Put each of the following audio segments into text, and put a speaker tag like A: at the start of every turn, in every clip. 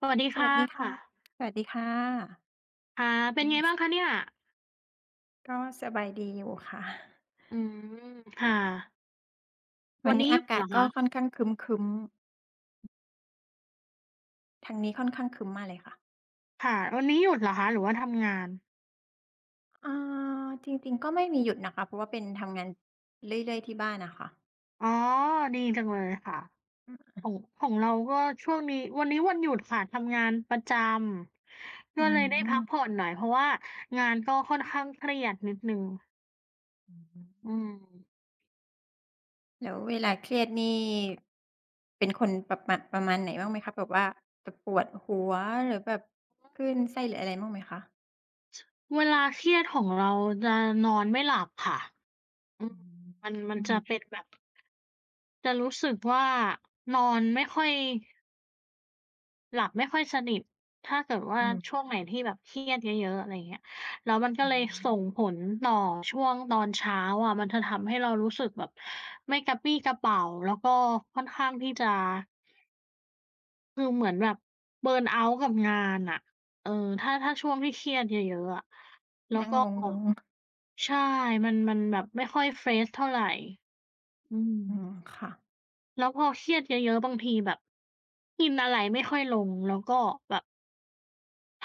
A: สวัสดี
B: ส
A: ค่
B: วัสดีค่ะ
A: ะ
B: สวัสดีค่ะ
A: ค่ะเป็
B: อื
A: น
B: ม
A: ไง
B: ส
A: บ้างคะเนี่ย
B: ก็สบายดีอยู่ค่ะ
A: อืมค่ะ
B: วั
A: วั
B: น
A: น
B: นี้
A: นี้ห
B: อา
A: ยุด
B: กา
A: เห
B: ศ
A: รอ
B: ก็
A: คะ
B: ค่อนข้างครึ้มๆทางนี้ค่อนข้างครึ้มมาเลยค่ะ
A: ค่ะวันนี้หยุดเหรอคะหรือว่าทำงาน
B: อาจริงๆก็ไม่มีหยุดนะคะเพราะว่าเป็นทำงานเรื่อยๆที่บ้านอะค่ะ
A: อ๋อดีจังเลยค่ะ
B: อืม
A: ของของเราก็ช่วงนี้วันนี้วันหยุดค่ะทำงานประจำ
B: อ
A: ก็เลยได้พักผ่อ
B: ื
A: นหน่อยเพราะว่างานก็ค่อนข้างเครียดนิดหนึ่ง
B: อฮึ
A: อืม
B: แล้วเวลาเครียดนี่เป็นคนประมาณไหนบ้างไหมคะแบบว่าจะปวดหัวหรือแบบคลื่นไส้หรืออะไรบ้างไหมคะ
A: เวลาเครียดของเราจะนอนไม่หลับค่ะอืม
B: อื
A: มัน
B: อื
A: จะ
B: ม
A: เป็นแบบจะรู้สึกว่านอนไม่ค่อย หลับไม่ค่อยสนิทถ้าเกิดว่า
B: อืม
A: ช่วงไหนที่แบบเครียดเยอะๆอะไรอย่างเงี้ยแล้วมันก็
B: อื
A: เลย
B: ม
A: ส่งผลต่อช่วงตอนเช้าอะมันจะทำให้เรารู้สึกแบบไม่กระปรี้กระเปร่าแล้วก็ค่อนข้างที่จะคือเหมือนแบบเบิร์นเอาต์กับงานน่ะเออถ้าช่วงที่เครียดเยอะๆอะแล้ว
B: นั่ง
A: ก็
B: งง
A: ใช่มันแบบไม่ค่อยเฟรชเท่าไรอื
B: ๆอืม
A: ม
B: ค่ะ
A: แล้วพอเครียดเยอะๆบางทีแบบกินอะไรไม่ค่อยลงแล้วก็แบบ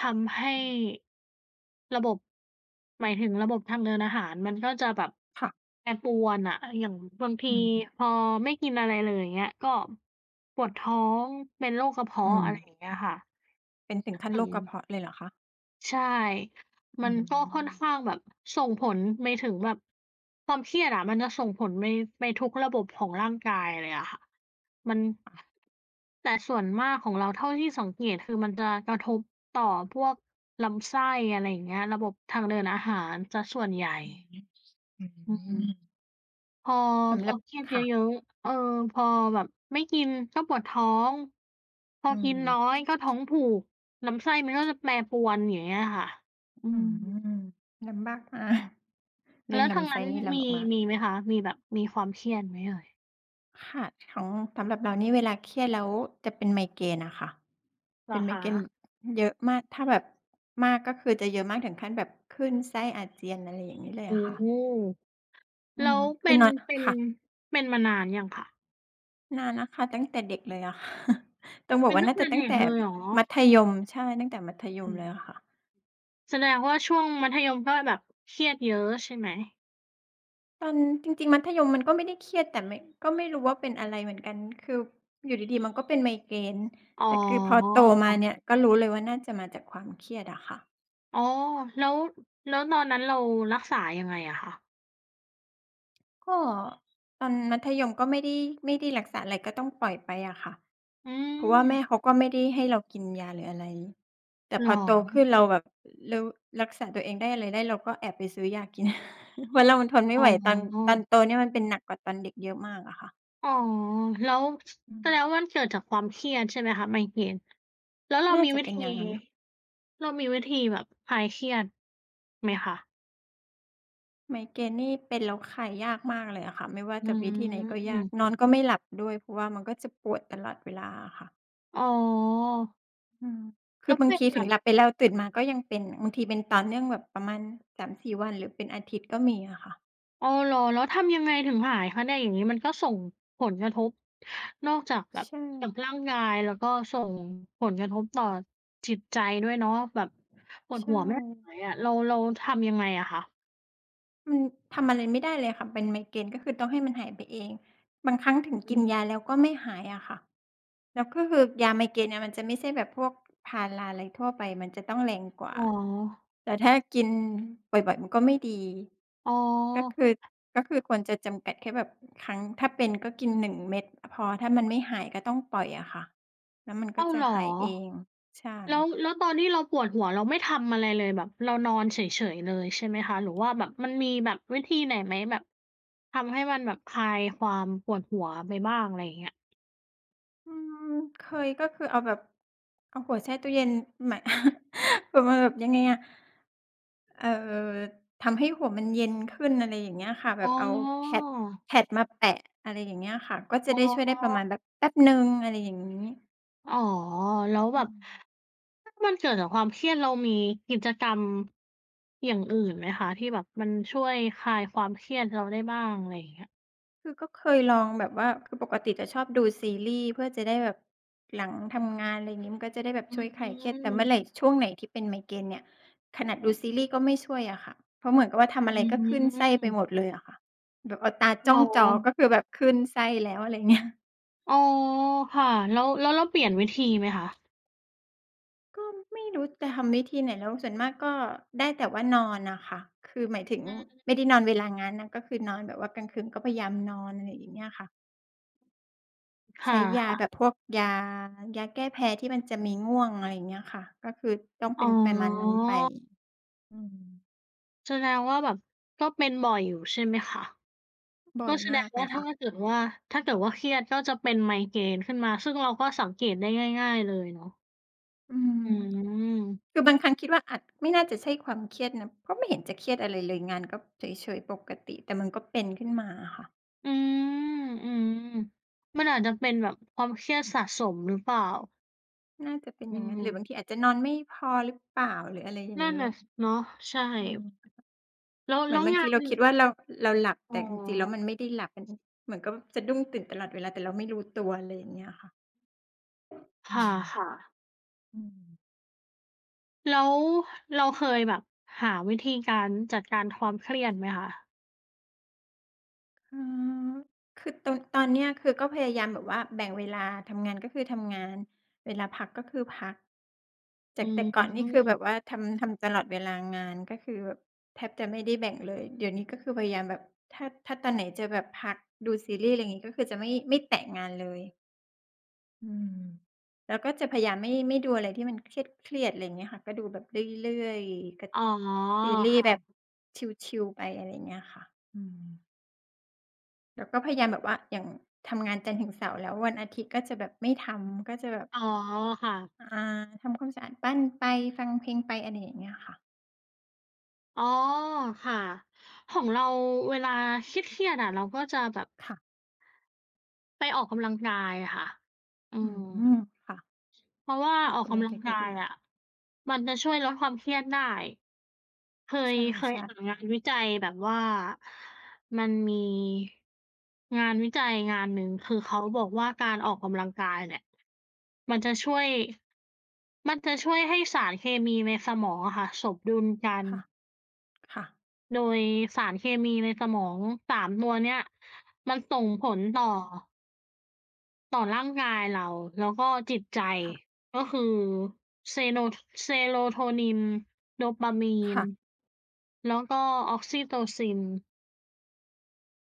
A: ทำให้ระบบหมายถึงระบบทางเดินอาหารมันก็จะแบบ
B: ค่ะ
A: แปรปรวนอะอย่างบางที
B: อืม
A: พอไม่กินอะไรเลยอย่างเงี้ยก็ปวดท้องเป็นโรคกระ
B: อื
A: เพาะ
B: ม
A: อะไรอย่างเงี้ยค่ะ
B: เป็นถึงขั้นโร
A: อื
B: คก
A: ม
B: ระเพาะเลยเหรอคะ
A: ใช่
B: อื
A: มัน
B: ม
A: ก็ค่อนข้างแบบส่งผลไปถึงแบบความเครียดอะมันจะส่งผลไปทุกระบบของร่างกายเลยอะค่ะ มัน
B: ค่ะ
A: แต่ส่วนมากของเราเท่าที่สังเกตคือมันจะกระทบต่อพวกลำไส้อะไรอย่างเงี้ยระบบทางเดินอาหารเสียส่วนใหญ่
B: อืม
A: อื
B: อื
A: ม
B: ม
A: พอ
B: สำ
A: พ
B: ห
A: อ
B: รับ
A: เครียด
B: ค่ะ
A: เยอะๆเออพอแบบไม่กินก็ปวดท้องพอ
B: อื
A: กิ
B: ม
A: นน้อยก็ท้องผูกลำไส้มันก็จะแปรปรวนอย่างเงี้ยค่ะอื
B: อื
A: ม
B: มลำบากมากเรื่อ
A: แล้
B: ง
A: วทาง
B: ลำ
A: นั้
B: ไส้
A: น
B: นี่ลำ
A: มี
B: บากมาก
A: ไหมคะมีแบบมีความเครียดไหมเอ่ย
B: ค่ะของสำหรับเรานี่เวลาเครียดแล้วจะเป็นไมเกรนอะค่ะ
A: เหร
B: เป็
A: อ
B: นไมเกรน
A: คะ
B: เยอะมากถ้าแบบมากก็คือจะเยอะมากถึงขั้นแบบคลื่นไส้อาเจียนอะไรอย่างงี้เลย
A: โอ
B: อะค่ะ
A: ้
B: อื
A: แล้
B: ม
A: ว
B: คื
A: เป็
B: อ
A: น
B: นอน
A: เป็น
B: ค่ะ
A: เป็นมานานยังคะ
B: นานแล้วค่ะตั้งแต่เด็กเลยอะ ค่ะต้องบอก
A: เป็น
B: ว่า
A: ตั้ง
B: น่าจะ
A: แต่
B: ตั้ง
A: เด็ก
B: แต่
A: เลยเหรอ
B: มัธยมใช่ตั้งแต่มัธย
A: อื
B: มเลยอะ
A: ม
B: ค่ะ
A: แสดงว่าช่วงมัธยมก็แบบเครียดเยอะใช่ไหม
B: ตอนจริงๆมัธยมมันก็ไม่ได้เครียดแต่ไม่ก็ไม่รู้ว่าเป็นอะไรเหมือนกันคืออยู่ดีๆมันก็เป็นไมเกรน
A: อ๋
B: แต่คือพอ
A: อ
B: โตมาเนี่ยก็รู้เลยว่าน่าจะมาจากความเครียดอะค่ะ
A: อ๋อแล้วแล้วตอนนั้นเรารักษายังไงอะคะ
B: ก็ตอนมัธยมก็ไม่ได้รักษาอะไรก็ต้องปล่อยไปอะค่ะ
A: อื
B: เพราะว่าแม่
A: ม
B: เขาก็ไม่ได้ให้เรากินยาหรืออะไรแต่
A: เหร
B: พอ
A: อ
B: โตขึ้นเราแบบเรารักษาตัวเองได้อะไรได้เราก็แอบไปซื้อยากิน เพราะเรามันทนไม่
A: อ๋
B: ไหวต
A: อ
B: อนโตเนี่ยมันเป็นหนักกว่าตอนเด็กเยอะมากอะค่ะ
A: อ๋อแล้ว
B: อื
A: แสดงว่า
B: ม
A: มันเกิดจากความเครียดใช่ไหมคะไมเกรนแล้วเรา
B: น่า
A: มี
B: จะ
A: วิ
B: เป็น
A: ธี
B: อย่างนั้น
A: เรามีวิธีแบบคลายเครียดไหมคะ
B: ไมเกรนนี่เป็นแล้วคลายยากมากเลยอะค่ะไม่ว่า
A: อื
B: จะวิธีไหนก็ยาก
A: ม
B: นอนก็ไม่หลับด้วยเพราะว่ามันก็จะปวดตลอดเวลาอะค่ะ
A: อ๋อ
B: อืมคื
A: แล้
B: อ
A: ว
B: บาง
A: เป็น
B: ที
A: แบ
B: ถึง
A: บ
B: หลับไปแล้วตื่นมาก็ยังเป็นบางทีเป็นต่อเนื่องแบบประมาณสามสี่วันหรือเป็นอาทิตย์ก็มีอะค่ะ
A: อ๋อเหรอแล้วทำยังไงถึงหายคะเนี่ยอย่างงี้มันก็ส่งผลกระทบนอกจากแบบ
B: ใช่
A: กับร่างกายแล้วก็ส่งผลกระทบต่อจิตใจด้วยเนาะแบบปวด
B: ใช่
A: หัวไม่หายอะเราทำยังไงอะคะ
B: มันทำอะไรไม่ได้เลยค่ะเป็นไมเกรนก็คือต้องให้มันหายไปเองบางครั้งถึงกิ
A: อื
B: นยา
A: ม
B: แล้วก็ไม่หายอะค่ะแล้วก็คือยาไมเกรนเนี่ยมันจะไม่ใช่แบบพวกพาราอะไรทั่วไปมันจะต้องแรงกว่า
A: เหรอ
B: แต่ถ้ากินบ่อยๆมันก็ไม่ดี
A: อ๋อ
B: ก็คือก็คือควรจะจำกัดแค่แบบครั้งถ้าเป็นก็กิน1เม็ดพอถ้ามันไม่หายก็ต้องปล่อยอะค่ะแล้วมันก็
A: อ้าว
B: จะ
A: เหรอ
B: หายเองใช่
A: แล้ว
B: ค่ะ
A: แล้วตอนที่เราปวดหัวเราไม่ทำอะไรเลยแบบเรานอนเฉยๆเลยใช่ไหมคะหรือว่าแบบมันมีแบบวิธีไหนไหมแบบทำให้มันแบบคลายความปวดหัวไปบ้างอะไรอย่างเงี้ย
B: อืมเคยก็คือเอาแบบเอาหัวแช่ตู้เย็นหมาย ประมาณแบบยังไงอะเอ่อทำให้หัวมันเย็นขึ้นอะไรอย่างเงี้ยค่ะแบ
A: อ๋
B: บ
A: อ
B: เอาแพดแพดมาแปะอะไรอย่างเงี้ยค่ะก็จะ
A: อ๋อ
B: ได้ช่วยได้ประมาณแบบแป๊บหนึ่งอะไรอย่างงี้
A: อ๋อแล้วแบ
B: อื
A: บ
B: ม
A: ถ้ามันเกิดจากความเครียดเรามีกิจกรรมอย่างอื่นไหมคะที่แบบมันช่วยคลายความเครียดเราได้บ้างอะไรอย่างเงี้ย
B: คือก็เคยลองแบบว่าคือปกติจะชอบดูซีรีส์เพื่อจะได้แบบหลังทำงานอะไรอย่างงี้มันก็จะได้แบบ
A: อื
B: ช่วยคลายเครียดแต่
A: ม
B: เมื่อไหร่ช่วงไหนที่เป็นไมเกรนเนี่ยขนาดดูซีรีส์ก็ไม่ช่วยอะค่ะเพราะเหมือนกับว่าทำอะ
A: อื
B: ไรก็คลื่นไส้ไปหมด
A: ม
B: เลยอะค่ะแบบเอาตา
A: เหร
B: จ้อ
A: อ
B: งจอก็คือแบบคลื่นไส้แล้วอะไรเงี้ย
A: อ๋อค่ะแล้วเราเปลี่ยนวิธีไหมคะ
B: ก็ไม่รู้จะทำวิธีไหนแล้วส่วนมากก็ได้แต่ว่านอนน่ะค่ะคือหมายถึง
A: อืม
B: ไม่ได้นอนเวลางานนะก็คือนอนแบบว่ากลางคืนก็พยายามนอนอะไรอย่างเงี้ยค่ะ
A: ค่
B: ใช้ยาแบบ
A: ะ
B: พวกยาแก้แพ้ที่มันจะมีง่วงอะไรอย่างเงี้ยค่ะก็คือต้อง
A: ๆอ๋
B: เป็
A: อ
B: นประมาณนั้นไปอืม
A: แสดงว่าแบบก็เป็นบ่อยอยู่ใช่ไหมคะ
B: บ่อ
A: ก็
B: ย
A: แสด
B: มา
A: ง
B: กเล
A: ว่า
B: ยค่ะ
A: ถ้าเกิดว่าเครียดก็จะเป็นไมเกรนขึ้นมาซึ่งเราก็สังเกตได้ง่ายๆเลยเนาะ
B: อืม
A: อืม
B: คือบางครั้งคิดว่าอาจไม่น่าจะใช่ความเครียดนะเพราะไม่เห็นจะเครียดอะไรเลยงานก็เฉยๆปกติแต่มันก็เป็นขึ้นมาอะค่ะ
A: อืมอืมมันอาจจะเป็นแบบความเครียดสะสมหรือเปล่า
B: น่าจะเป็นอ
A: อื
B: ย่างงั้น
A: ม
B: หรือบางทีอาจจะนอนไม่พอหรือเปล่าหรืออะไรอย่าง
A: นั่น
B: งี้
A: น่ะสเนาะใช่
B: อืม
A: แล้ว
B: เหมือ
A: แล้
B: น
A: ว
B: บาง
A: งา
B: ที
A: น
B: เรา
A: มัน
B: คิดว่าเราหลับ
A: อ๋
B: แต่จริงๆแล้วมัน
A: อ
B: ไม่ได้หลับมันเหมือนกับสะดุ้งตื่นตลอดเวลาแต่เราไม่รู้ตัวอะไรอย่างเงี้ยค่ะอื
A: ค่
B: ม
A: ะ
B: อืม
A: ๆแล้วเราเคยแบบหาวิธีการจัดการความเครียดไหมคะ
B: อ๋อคือตอนเนี้ยคือก็พยายามแบบว่าแบ่งเวลาทำงานก็คือทำงานเวลาพักก็คือพัก
A: อื
B: จากแต่ก่อนนี่คือแบบ
A: ม
B: ว่าทำตลอดเวลางานก็คือแบบแทบจะไม่ได้แบ่งเลยเดี๋ยวนี้ก็คือพยายามแบบถ้าตอนไหนจะแบบพักดูซีรีส์อะไรงี้ก็คือจะไม่แตะงานเลยอืมแล้วก็จะพยายามไม่ดูอะไรที่มันเครียดๆอะไรอย่างเงี้ยค่ะก็ดูแบบเรื่อยๆกะ
A: อ๋อ
B: ซีรีส์แบบ
A: ค่ะ
B: ชิลๆไปอะไรอย่างเงี้ยค่ะอืม แล้วก็พยายามแบบว่าอย่างทำงานจันทร์ถึงเสาร์แล้ววันอาทิตย์ก็จะแบบไม่ทำก็จะแบบ
A: อ๋อค่ะ
B: อ่าทำความสะอาดบ้านไปฟังเพลงไปอะไรอย่างเงี้ยค่ะ
A: อ๋อค่ะของเราเวลาเครียดๆอะเราก็จะแบบ
B: ค่ะ
A: ไปออกกำลังกายค่ะอื
B: อื
A: ม
B: มค่ะ
A: เพราะว่า
B: ออ
A: อ
B: ก
A: อก
B: กำลัง
A: กำลั
B: กา
A: ง
B: ยก็
A: กาย
B: ดี
A: อะมันจะช่วยลดความเครียดได้ เค
B: ใช
A: ยเคย
B: ่
A: อ่านงานวิจัยแบบว่ามันมีงานวิจัยงานหนึ่งคือเขาบอกว่าการออกกำลังกายเนี่ย มันจะช่วย มันจะช่วยให้สารเคมีในสมองอะค่ะสมดุลกัน
B: ๆค่ะค่ะ
A: โดยสารเคมีในสมอง3ตัวเนี้ยมันส่งผลต่อ ต่อร่างกายเราแล้วก็จิตใจ
B: ค่ะ
A: ก็คือเซโน Serotonin Dopamine
B: ค่ะ
A: แล้วก็ Oxytocin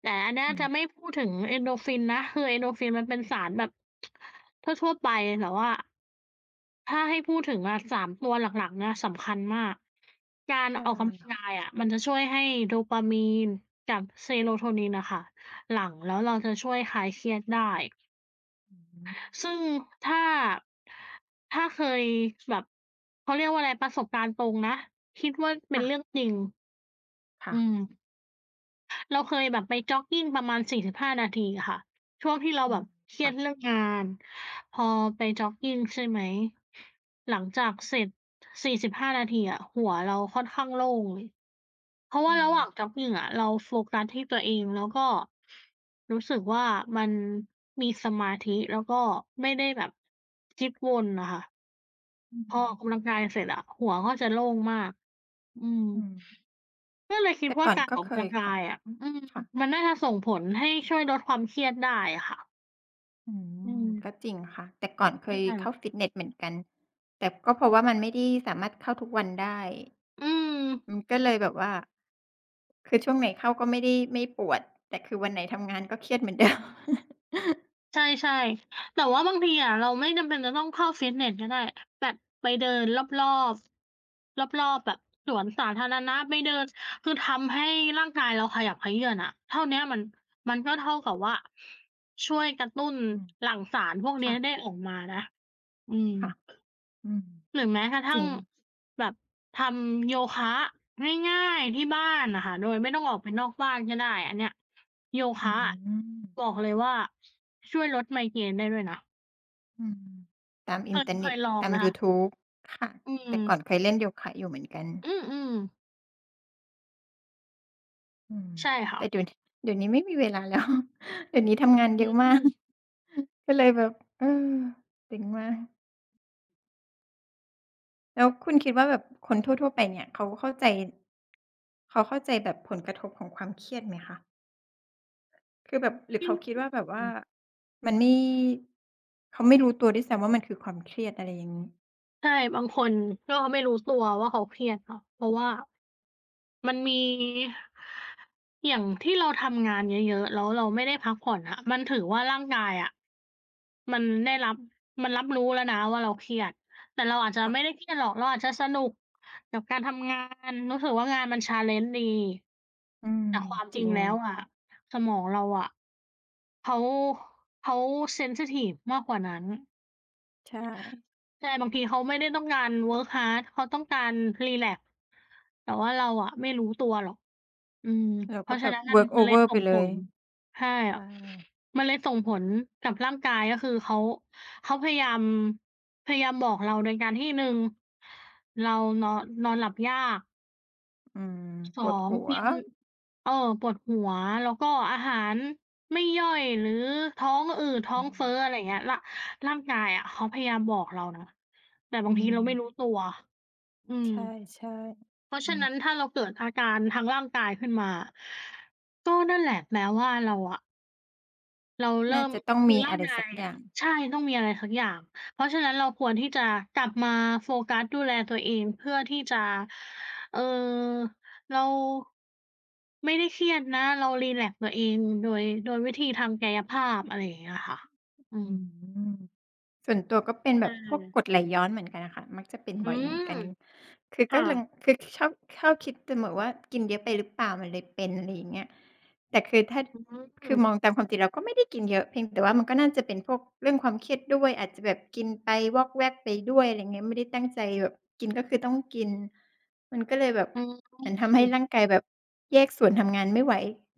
A: แต่อันเนี้ย
B: อืม
A: จะไม่พูดถึง Endorphin นะคือ Endorphin มันเป็นสารแบบทั่วๆไปแต่ว่าถ้าให้พูดถึงอะสามตัวหลักๆเนี่ยสำคัญมากการ
B: ใช่
A: ออกกำลัง
B: ค่ะ
A: กายอะมันจะช่วยให้ Dopamine กับ Serotonin น่ะค่ะหลั่งแล้วเราจะช่วยคลายเครียดได้
B: อืม
A: ซึ่งถ้าถ้าเคยแบบเขาเรียกว่าอะไรประสบการณ์ตรงนะคิดว่าเป็น
B: ค่ะ
A: เรื่องจริง
B: ค่ะ
A: อืมเราเคยแบบไปจ็อกกิงประมาณ45นาทีอะค่ะช่วงที่เรา
B: อื
A: แบ
B: ม
A: บเครีย
B: ค่ะ
A: ดเรื่องงานพอไปจ็อกกิงใช่ไหมหลังจากเสร็จ45นาทีอะหัวเราค่อนข้างโล่งเลย เพราะ
B: อื
A: ว่าระ
B: ม
A: หว่างจ็อกกิงอะเราโฟกัสที่ตัวเองแล้วก็รู้สึกว่ามันมีสมาธิแล้วก็ไม่ได้แบบคิดวนน่ะค่ะ
B: อือ
A: พอ
B: ฮึ
A: ออกกำลังกายเสร็จอะหัวก็จะโล่งมากอืม
B: อืม
A: ก็เลยคิด
B: แต่
A: ว่า
B: ก่อน
A: การ
B: ก็
A: ออก
B: เค
A: กำ
B: ย
A: ลัง
B: ค่ะ
A: กายอะอืม
B: ค่ะ
A: มันน่าจะส่งผลให้ช่วยลดความเครียดได้อะค่ะ
B: อื
A: อื
B: ม
A: ม
B: ก็จริงค่ะแต่ก่อนเคย
A: ใช่
B: เข้าฟิตเนสเหมือนกันแต่ก็เพราะว่ามันไม่ได้สามารถเข้าทุกวันได้
A: อืม
B: มันก็เลยแบบว่าคือช่วงไหนเข้าก็ไม่ได้ไม่ปวดแต่คือวันไหนทำงานก็เครียดเหมือนเดิม
A: ใช่ๆแต่ว่าบางทีอะเราไม่จำเป็นจะต้องเข้าฟิตเนสก็ได้แบบไปเดินรอบๆรอบๆแบบสวนสาธารณะไปเดิน คือทำให้ร่างกายเราขยับเขยื้อนอะเท่าเนี้ยมันก็เท่ากับว่าช่วยกระตุ้น
B: อืม
A: หลั่งสารพวกเนี้ย
B: ค่ะ
A: ได้ออกมานะอืม
B: ค่ะอืม
A: หรือแม้กระ
B: จ
A: ทั่
B: ริ
A: ง
B: ง
A: แบบทำโยคะง่ายๆที่บ้านน่ะค่ะโดยไม่ต้องออกไปนอกบ้านก็ได้อันเนี้ยโย
B: อื
A: คะ
B: ม
A: บอกเลยว่าช่วยลดไมเกรนได้ด้วยนะ
B: อืมตามอิ
A: เค
B: น
A: ย
B: เทอร์
A: เค
B: เน็ต
A: ยลอง
B: ตาม
A: ไหม
B: ยู
A: คะ
B: ทูบค่ะ
A: อื
B: แต่
A: ม
B: ก่อนเคยเล่นโยคะอยู่เหมือนกัน
A: อืม
B: อืม
A: ๆใช่ค่ะ
B: แต่เดี๋ยวนี้ไม่มีเวลาแล้ว เดี๋ยวนี้ทำงาน
A: อื
B: เยอะมาก
A: ม
B: ก็เลยแบบเออเจ๋งมากแล้วคุณคิดว่าแบบคนทั่วๆไปเนี่ยเขาเข้าใจแบบผลกระทบของความเครียดไหมคะคือแบบหรือ
A: อื
B: เขาคิดว่าแบบว่า
A: ม
B: มันไม่เขาไม่รู้ตัวด้วยซ้ำว่ามันคือความเครียดอะไรอย่างงี้
A: ใช่บางคนก็ไม่รู้ตัวว่าเขาเครียดเนาะเพราะว่ามันมีอย่างที่เราทำงานเยอะๆแล้วเราไม่ได้พักผ่อนอะมันถือว่าร่างกายอะ มันได้รับมันรับรู้แล้วนะว่าเราเครียดแต่เราอาจจะ
B: ค่ะ
A: ไม่ได้เครียดหรอกเราอาจจะสนุกกับการทำงานรู้สึกว่างานมัน challenge ดี
B: อืม
A: แต่ความ
B: จ
A: จ
B: ริ
A: ริง
B: ง
A: แล้วอะสมองเราอะเขาเขาเซนซิทิฟมากกว่านั้น
B: ใช่
A: ใช่บางทีเขาไม่ได้ต้องการ work hard เขาต้องการรีแลกซ์แต่ว่าเราอะไม่รู้ตัวหรอก อืม
B: เรา
A: เพ
B: ก็
A: ราะ
B: แบ
A: ฉะ
B: บ
A: นั้นมัน
B: work
A: มันเลย
B: over
A: ส่
B: ไป
A: ง
B: เล
A: ผ
B: ย
A: ลใช่
B: ใช่
A: มันเลยส่งผลกับร่างกายก็คือเขาเขาพยายามบอกเราโดยการที่1เรานอนนอนหลับยาก
B: อืมปวด
A: 2
B: หัว
A: กินเออปวดหัวแล้วก็อาหารไม่ย่อยหรือท้องอืดท้อ
B: อื
A: งเฟ้ออะ
B: ม
A: ไรอย่างเงี้ยร่างกายอะเขาพยายามบอกเรานะแต่
B: อื
A: บางที
B: ม
A: เราไม่รู้ตัวอื
B: ใ
A: ม
B: ช่
A: เพ
B: ๆ
A: ราะ
B: อื
A: ฉะ
B: ม
A: นั้นถ้าเราเกิดอาการทางร่างกายขึ้นมาก็นั่นแหละแปลว่าเราอะเราเริ่
B: น่า
A: ม
B: จะต้อง
A: คือ
B: มี
A: ร่า
B: อะ
A: ง
B: ไร
A: กา
B: สัก
A: ย
B: อ
A: อะ
B: ย่าง
A: ใช่ต้องมีอะไรสักอย่างเพราะฉะนั้นเราควรที่จะกลับมาโฟกัสดูแลตัวเองเพื่อที่จะเอ่อเราไม่ได้เครียดนะเรารีแลกซ์ตัวเองโดยวิธีทางกายภาพอะไรอย่างเงี้ยค่ะอื
B: อื
A: ม
B: ม ส่วนตัวก็เป็น
A: ใช
B: แบบพวกกร
A: ่
B: ดไหลย้อนเหมือนกันอะค่ะมักจะเป็น
A: อื
B: บ่อยเหมือ
A: ม
B: นกันคือก็
A: ค่ะ
B: ลังคือชอบชอบคิดเสมอว่ากินเยอะไปหรือเปล่ามันเลยเป็นอะไรอย่างเงี้ยแต่คือถ้า
A: อืมอื
B: คือ
A: ม
B: มองตามความจริงเราก็ไม่ได้กินเยอะเพียงแต่ว่ามันก็น่าจะเป็นพวกเรื่องความเครียดด้วยอาจจะแบบกินไปวอกแวกไปด้วยอะไรเงี้ยไม่ได้ตั้งใจแบบกินก็คือต้องกินมันก็เลยแบบ
A: อื
B: เหมือนทำให้ร่า
A: ม
B: งกายแบบแยกส่วนทำงานไม่ไหว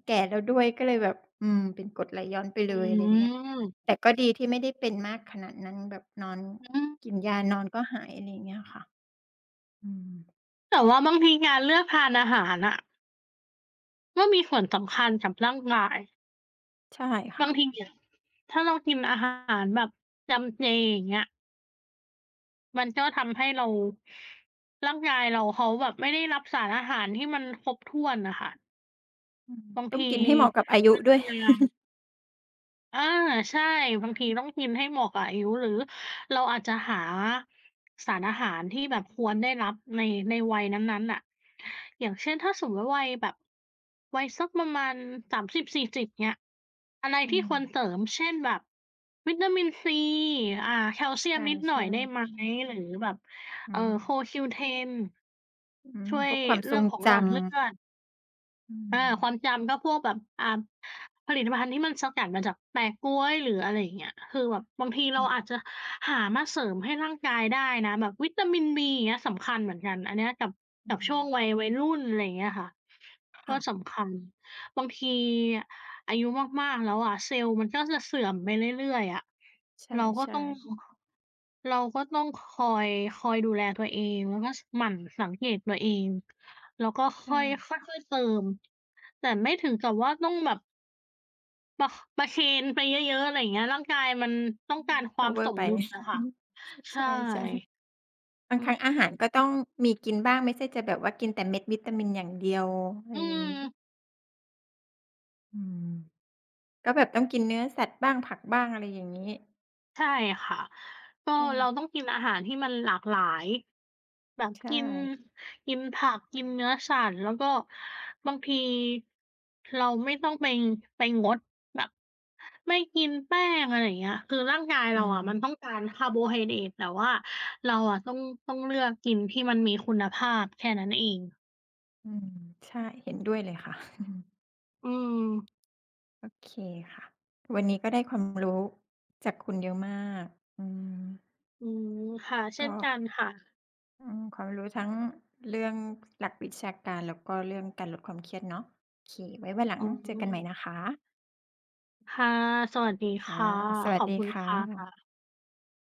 B: แก่แล้วด้วยก็เลยแบบอืมเป็นกรดไหลย้อนไปเลยอะไรเงี้ย
A: อ
B: แต่ก็ดีที่ไม่ได้เป็นมากขนาดนั้นแบบนอน
A: ืม
B: กินยานอนก็หายอะไรอย่างเงี้ยค่ะอืม
A: แต่ว่าบางทีการเลือกทานอาหารน่ะก็มีส่วนสำคัญกับร่างกาย
B: ใช่ค่ะ
A: บางทีอะถ้าเรากินอาหารแบบจำเจอย่างเงี้ยมันก็ทำให้เราร่างกายเราเขาแบบไม่ได้รับสารอาหารที่มันครบถ้วนน่ะค่ะ
B: อืม
A: บาง
B: ต้อง
A: ที
B: กินให้เหมาะกับอายุ
A: การ
B: ด้วย
A: ทำงาน อาใช่บางทีต้องกินให้เหมาะกับอายุหรือเราอาจจะหาสารอาหารที่แบบควรได้รับในวัยนั้นๆน่ะอย่างเช่นถ้าสมมุติว่าวัยแบบวัยสักประมาณ30-40เงี้ยอะไร
B: อื
A: ที่
B: ม
A: ควรเสริมเช่นแบบวิตามินซีอ่าแคลเซีย
B: ใช่
A: มนิดหน่อยได้ไหม
B: ๆ
A: หรือแบบ
B: อืม
A: CoQ10
B: อืม
A: ช่ว
B: พ
A: ย
B: วกความทร
A: เรื่อ
B: ง
A: งของ
B: จ
A: หลอดเลือด
B: ำอื
A: อา
B: ม
A: ความจำก็พวกแบบอ่าผลิตภัณฑ์ที่มันสกัดมาจากแปะก๊้วยหรืออะไรอย่างเงี้ยคือแบบบางที
B: อื
A: เรา
B: ม
A: อาจจะหามาเสริมให้ร่างกายได้นะแบบวิตามินบีอย่างเงี้ยสำคัญเหมือนกันอันเนี้ยกับ
B: อื
A: กับ
B: ม
A: ช่วงวัยวัยรุ่นอะไรอย่างเงี้ยค่ะก็
B: ค่ะ
A: สำคัญบางทีอายุมากๆแล้วอะเซลล์มันก็จะเสื่อมไปเรื่อยๆอะ
B: ใ
A: เราก็
B: ช่
A: ต้องเราก็ต้องคอยคอยดูแลตัวเองแล้วก็สหมั่นสังเกตตัวเอง แล้วก็
B: ๆใช่
A: ค่อยค่อยๆเติมแต่ไม่ถึงกับว่าต้องแบบประประเคนไปเยอะๆอะไรอย่างเงี้ยร่างกายมันต้อ
B: อื
A: ง
B: ม
A: การค
B: ก็
A: วาม
B: เวอ
A: ส
B: ร์
A: ม
B: ไป
A: ดุลอะค่ะใช่
B: ใช่ๆบาง
A: อือ
B: ครั้งอาหารก็ต้องมีกินบ้างไม่ใช่จะแบบว่ากินแต่เม็ดวิตามินอย่างเดียวอะไร
A: อื
B: อย่าง
A: ม
B: งี้อืมก็แบบต้องกินเนื้อสัตว์บ้างผักบ้างอะไรอย่างงี้
A: ใช่ค่ะก็เราต้อ
B: ใช่
A: งกินอาหารที่มันหลากหลาย แบบ
B: ใช่
A: กินกินผักกินเนื้อสัตว์แล้วก็บางทีเราไม่ต้องไปไปงดแบบไม่กินแป้งอะไรอย่างเงี้ยคือร่างกาย
B: อื
A: เรา
B: ม
A: อะมันต้องการคาร์โบไฮเดรตแต่ว่าเราอะต้องเลือกกินที่มันมีคุณภาพแค่นั้นเอง
B: อืมใช่เห็นด้วยเลยค่ะ อืม
A: อืม
B: โอเคค่ะวันนี้ก็ได้ความรู้จากคุณเยอะมากอืม
A: อืมค่ะเช่
B: ก็
A: นกันค่ะ
B: อืมความรู้ทั้งเรื่องหลักวิชาการแล้วก็เรื่องการลดความเครียดเนาะโอเคไว้วันหลัง
A: อ๋อ
B: เจอกันใหม่นะคะ
A: ค่ะสวัสดี
B: ค่ะ
A: ค่ะ
B: สวั
A: ข
B: ส
A: อบ
B: ดี
A: คุณ
B: ค่
A: ค่
B: ะ
A: ะ